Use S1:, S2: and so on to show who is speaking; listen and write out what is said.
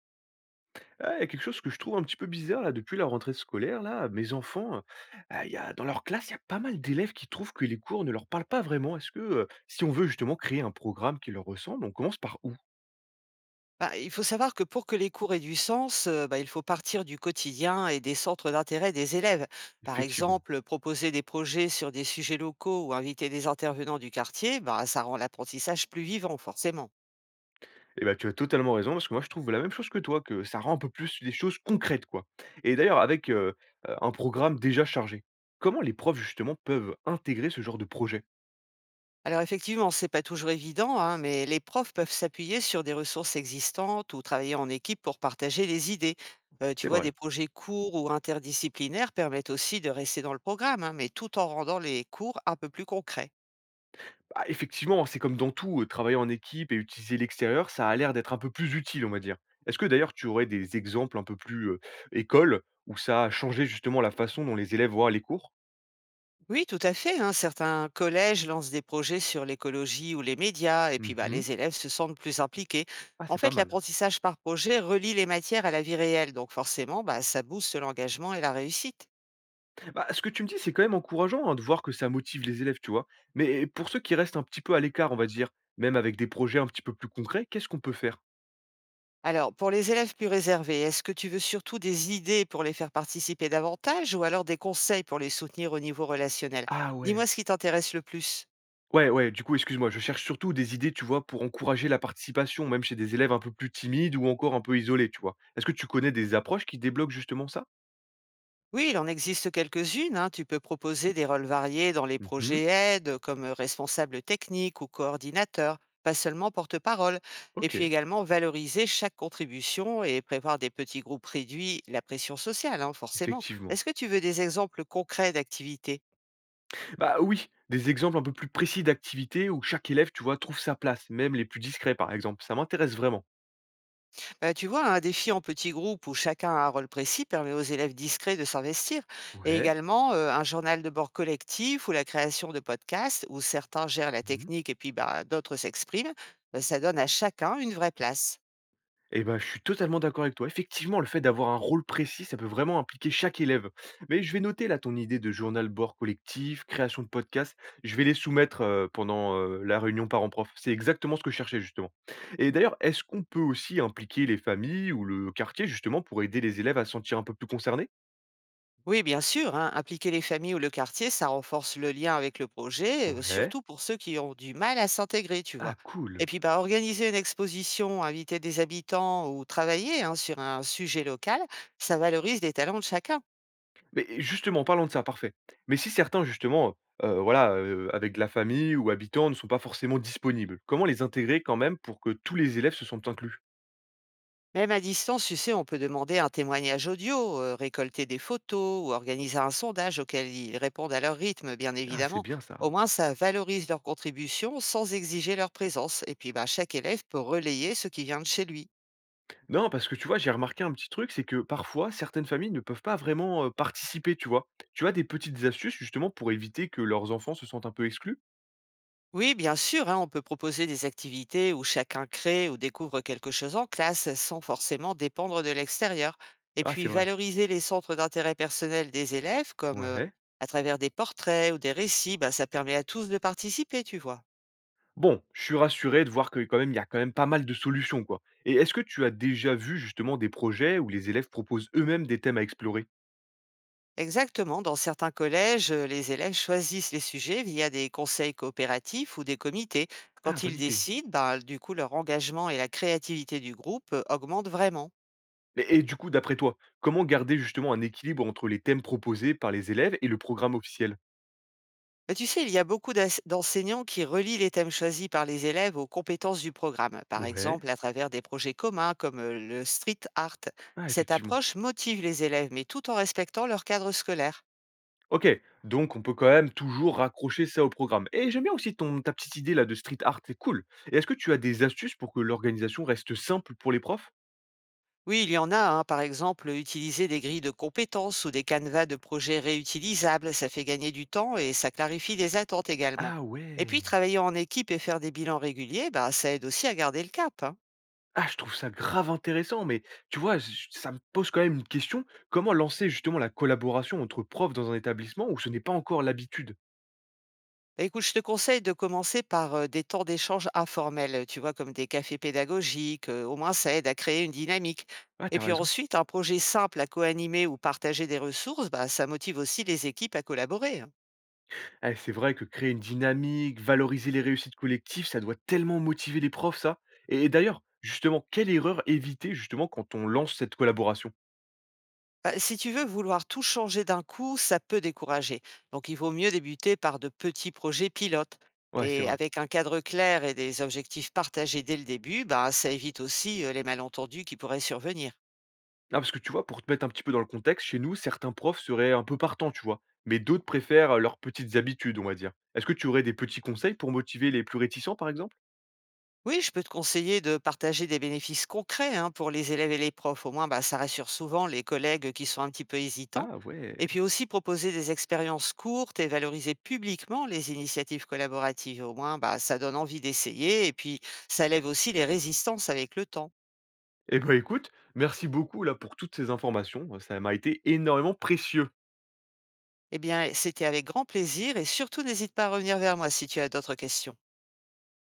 S1: Ah, il y a quelque chose que je trouve un petit peu bizarre là, depuis la rentrée scolaire là, mes enfants, il y a dans leur classe, il y a pas mal d'élèves qui trouvent que les cours ne leur parlent pas vraiment. Est-ce que, si on veut justement créer un programme qui leur ressemble, on commence par où?
S2: Bah, il faut savoir que pour que les cours aient du sens, il faut partir du quotidien et des centres d'intérêt des élèves. Par
S1: Effectivement,
S2: exemple, proposer des projets sur des sujets locaux ou inviter des intervenants du quartier, bah, ça rend l'apprentissage plus vivant, forcément.
S1: eh ben tu as totalement raison parce que moi je trouve la même chose que toi, que ça rend un peu plus des choses concrètes, quoi. Et d'ailleurs avec, un programme déjà chargé, comment les profs justement peuvent intégrer ce genre de projet?
S2: Alors effectivement, c'est pas toujours évident, hein, mais les profs peuvent s'appuyer sur des ressources existantes ou travailler en équipe pour partager les idées. Tu
S1: C'est
S2: vois,
S1: vrai.
S2: des projets courts ou interdisciplinaires permettent aussi de rester dans le programme, hein, mais tout en rendant les cours un peu plus concrets.
S1: Bah, effectivement, c'est comme dans tout, travailler en équipe et utiliser l'extérieur, ça a l'air d'être un peu plus utile, on va dire. Est-ce que d'ailleurs tu aurais des exemples un peu plus, école, où ça a changé justement la façon dont les élèves voient les cours?
S2: Oui, tout à fait, hein. Certains collèges lancent des projets sur l'écologie ou les médias, et puis bah,
S1: Mmh.
S2: les élèves se sentent plus impliqués.
S1: Ah,
S2: En
S1: c'est pas
S2: fait,
S1: mal.
S2: l'apprentissage par projet relie les matières à la vie réelle, donc forcément, bah, ça booste l'engagement et la réussite.
S1: Bah, ce que tu me dis, c'est quand même encourageant, hein, de voir que ça motive les élèves, tu vois? Mais pour ceux qui restent un petit peu à l'écart, on va dire, même avec des projets un petit peu plus concrets, qu'est-ce qu'on peut faire?
S2: Alors, pour les élèves plus réservés, est-ce que tu veux surtout des idées pour les faire participer davantage ou alors des conseils pour les soutenir au niveau relationnel?
S1: Ah
S2: Dis-moi
S1: ouais.
S2: ce qui t'intéresse le plus.
S1: Ouais, ouais, du coup, excuse-moi, je cherche surtout des idées, tu vois, pour encourager la participation, même chez des élèves un peu plus timides ou encore un peu isolés, tu vois. Est-ce que tu connais des approches qui débloquent justement ça?
S2: Oui, il en existe quelques-unes, hein. Tu peux proposer des rôles variés dans les
S1: Mhm.
S2: projets aides, comme responsable technique ou coordinateur, pas seulement porte-parole. Et
S1: Ok.
S2: puis également valoriser chaque contribution et prévoir des petits groupes réduits, la pression sociale, hein, forcément.
S1: Effectivement.
S2: Est-ce que tu veux des exemples concrets d'activités?
S1: Bah oui, des exemples un peu plus précis d'activités où chaque élève, tu vois, trouve sa place, même les plus discrets, par exemple. Ça m'intéresse vraiment.
S2: Bah, tu vois, un défi en petit groupe où chacun a un rôle précis permet aux élèves discrets de s'investir. Et
S1: Ouais.
S2: également, un journal de bord collectif ou la création de podcasts où certains gèrent la technique et puis bah, d'autres s'expriment, ça donne à chacun une vraie place.
S1: Eh ben, je suis totalement d'accord avec toi. Effectivement, le fait d'avoir un rôle précis, ça peut vraiment impliquer chaque élève. Mais je vais noter là ton idée de journal bord collectif, création de podcast. Je vais les soumettre pendant la réunion parents-prof. C'est exactement ce que je cherchais justement. Et d'ailleurs, est-ce qu'on peut aussi impliquer les familles ou le quartier justement pour aider les élèves à se sentir un peu plus concernés?
S2: Oui, bien sûr, hein, impliquer les familles ou le quartier, ça renforce le lien avec le projet,
S1: Ouais.
S2: surtout pour ceux qui ont du mal à s'intégrer, tu vois.
S1: Ah,
S2: Et
S1: cool.
S2: puis, bah, organiser une exposition, inviter des habitants ou travailler hein, sur un sujet local, ça valorise les talents de chacun.
S1: Mais justement, parlons de ça, parfait. Mais si certains justement, voilà, avec de la famille ou habitants ne sont pas forcément disponibles, comment les intégrer quand même pour que tous les élèves se sentent inclus?
S2: Même à distance, tu sais, on peut demander un témoignage audio, récolter des photos ou organiser un sondage auquel ils répondent à leur rythme, bien
S1: Ah, c'est
S2: évidemment.
S1: bien ça.
S2: Au moins, ça valorise leur contribution sans exiger leur présence. Et puis, bah, chaque élève peut relayer ce qui vient de chez lui.
S1: Non, parce que tu vois, j'ai remarqué un petit truc, c'est que parfois certaines familles ne peuvent pas vraiment, participer, tu vois? Tu as des petites astuces justement pour éviter que leurs enfants se sentent un peu exclus?
S2: Oui, bien sûr, hein, on peut proposer des activités où chacun crée ou découvre quelque chose en classe sans forcément dépendre de l'extérieur. Et
S1: Ah,
S2: puis,
S1: c'est vrai.
S2: valoriser les centres d'intérêt personnel des élèves, comme
S1: Ouais.
S2: à travers des portraits ou des récits, bah, ça permet à tous de participer, tu vois.
S1: Bon, je suis rassuré de voir que quand même, il y a quand même pas mal de solutions, quoi. Et est-ce que tu as déjà vu justement des projets où les élèves proposent eux-mêmes des thèmes à explorer?
S2: Exactement. Dans certains collèges, les élèves choisissent les sujets via des conseils coopératifs ou des comités.
S1: Ah,
S2: Quand
S1: bonne
S2: ils
S1: idée.
S2: décident, ben, du coup, leur engagement et la créativité du groupe augmentent vraiment.
S1: Mais et du coup, d'après toi, comment garder justement un équilibre entre les thèmes proposés par les élèves et le programme officiel?
S2: Mais tu sais, il y a beaucoup d'enseignants qui relient les thèmes choisis par les élèves aux compétences du programme, par
S1: Ouais.
S2: exemple à travers des projets communs comme le street art.
S1: Ah,
S2: Cette
S1: effectivement.
S2: approche motive les élèves, mais tout en respectant leur cadre scolaire.
S1: OK, donc on peut quand même toujours raccrocher ça au programme. Et j'aime bien aussi ton ta petite idée là de street art, c'est cool. Et est-ce que tu as des astuces pour que l'organisation reste simple pour les profs?
S2: Oui, il y en a, hein. Par exemple, utiliser des grilles de compétences ou des canevas de projets réutilisables, ça fait gagner du temps et ça clarifie les attentes également.
S1: Ah
S2: Et puis,
S1: ouais.
S2: travailler en équipe et faire des bilans réguliers, bah, ça aide aussi à garder le cap, hein.
S1: Ah, je trouve ça grave intéressant, mais tu vois, ça me pose quand même une question. Comment lancer justement la collaboration entre profs dans un établissement où ce n'est pas encore l'habitude?
S2: Bah, écoute, je te conseille de commencer par des temps d'échange informels, tu vois, comme des cafés pédagogiques. Au moins, ça aide à créer une dynamique.
S1: Ah,
S2: Et
S1: t'as
S2: puis
S1: raison.
S2: ensuite, un projet simple à co-animer ou partager des ressources, bah, ça motive aussi les équipes à collaborer, hein.
S1: Eh, c'est vrai que créer une dynamique, valoriser les réussites collectives, ça doit tellement motiver les profs, ça. Et d'ailleurs, justement, quelle erreur éviter justement quand on lance cette collaboration?
S2: Bah, si tu veux vouloir tout changer d'un coup, ça peut décourager. Donc, il vaut mieux débuter par de petits projets pilotes.
S1: Ouais, c'est
S2: Et
S1: vrai.
S2: avec un cadre clair et des objectifs partagés dès le début, bah, ça évite aussi les malentendus qui pourraient survenir.
S1: Ah, parce que tu vois, pour te mettre un petit peu dans le contexte, chez nous, certains profs seraient un peu partants, tu vois, mais d'autres préfèrent leurs petites habitudes, on va dire. Est-ce que tu aurais des petits conseils pour motiver les plus réticents, par exemple?
S2: Oui, je peux te conseiller de partager des bénéfices concrets hein, pour les élèves et les profs. Au moins, bah, ça rassure souvent les collègues qui sont un petit peu hésitants.
S1: Ah ouais.
S2: Et puis aussi proposer des expériences courtes et valoriser publiquement les initiatives collaboratives. Au moins, bah, ça donne envie d'essayer et puis ça lève aussi les résistances avec le temps.
S1: Eh ben écoute, merci beaucoup là pour toutes ces informations. Ça m'a été énormément précieux.
S2: Eh bien, c'était avec grand plaisir et surtout n'hésite pas à revenir vers moi si tu as d'autres questions.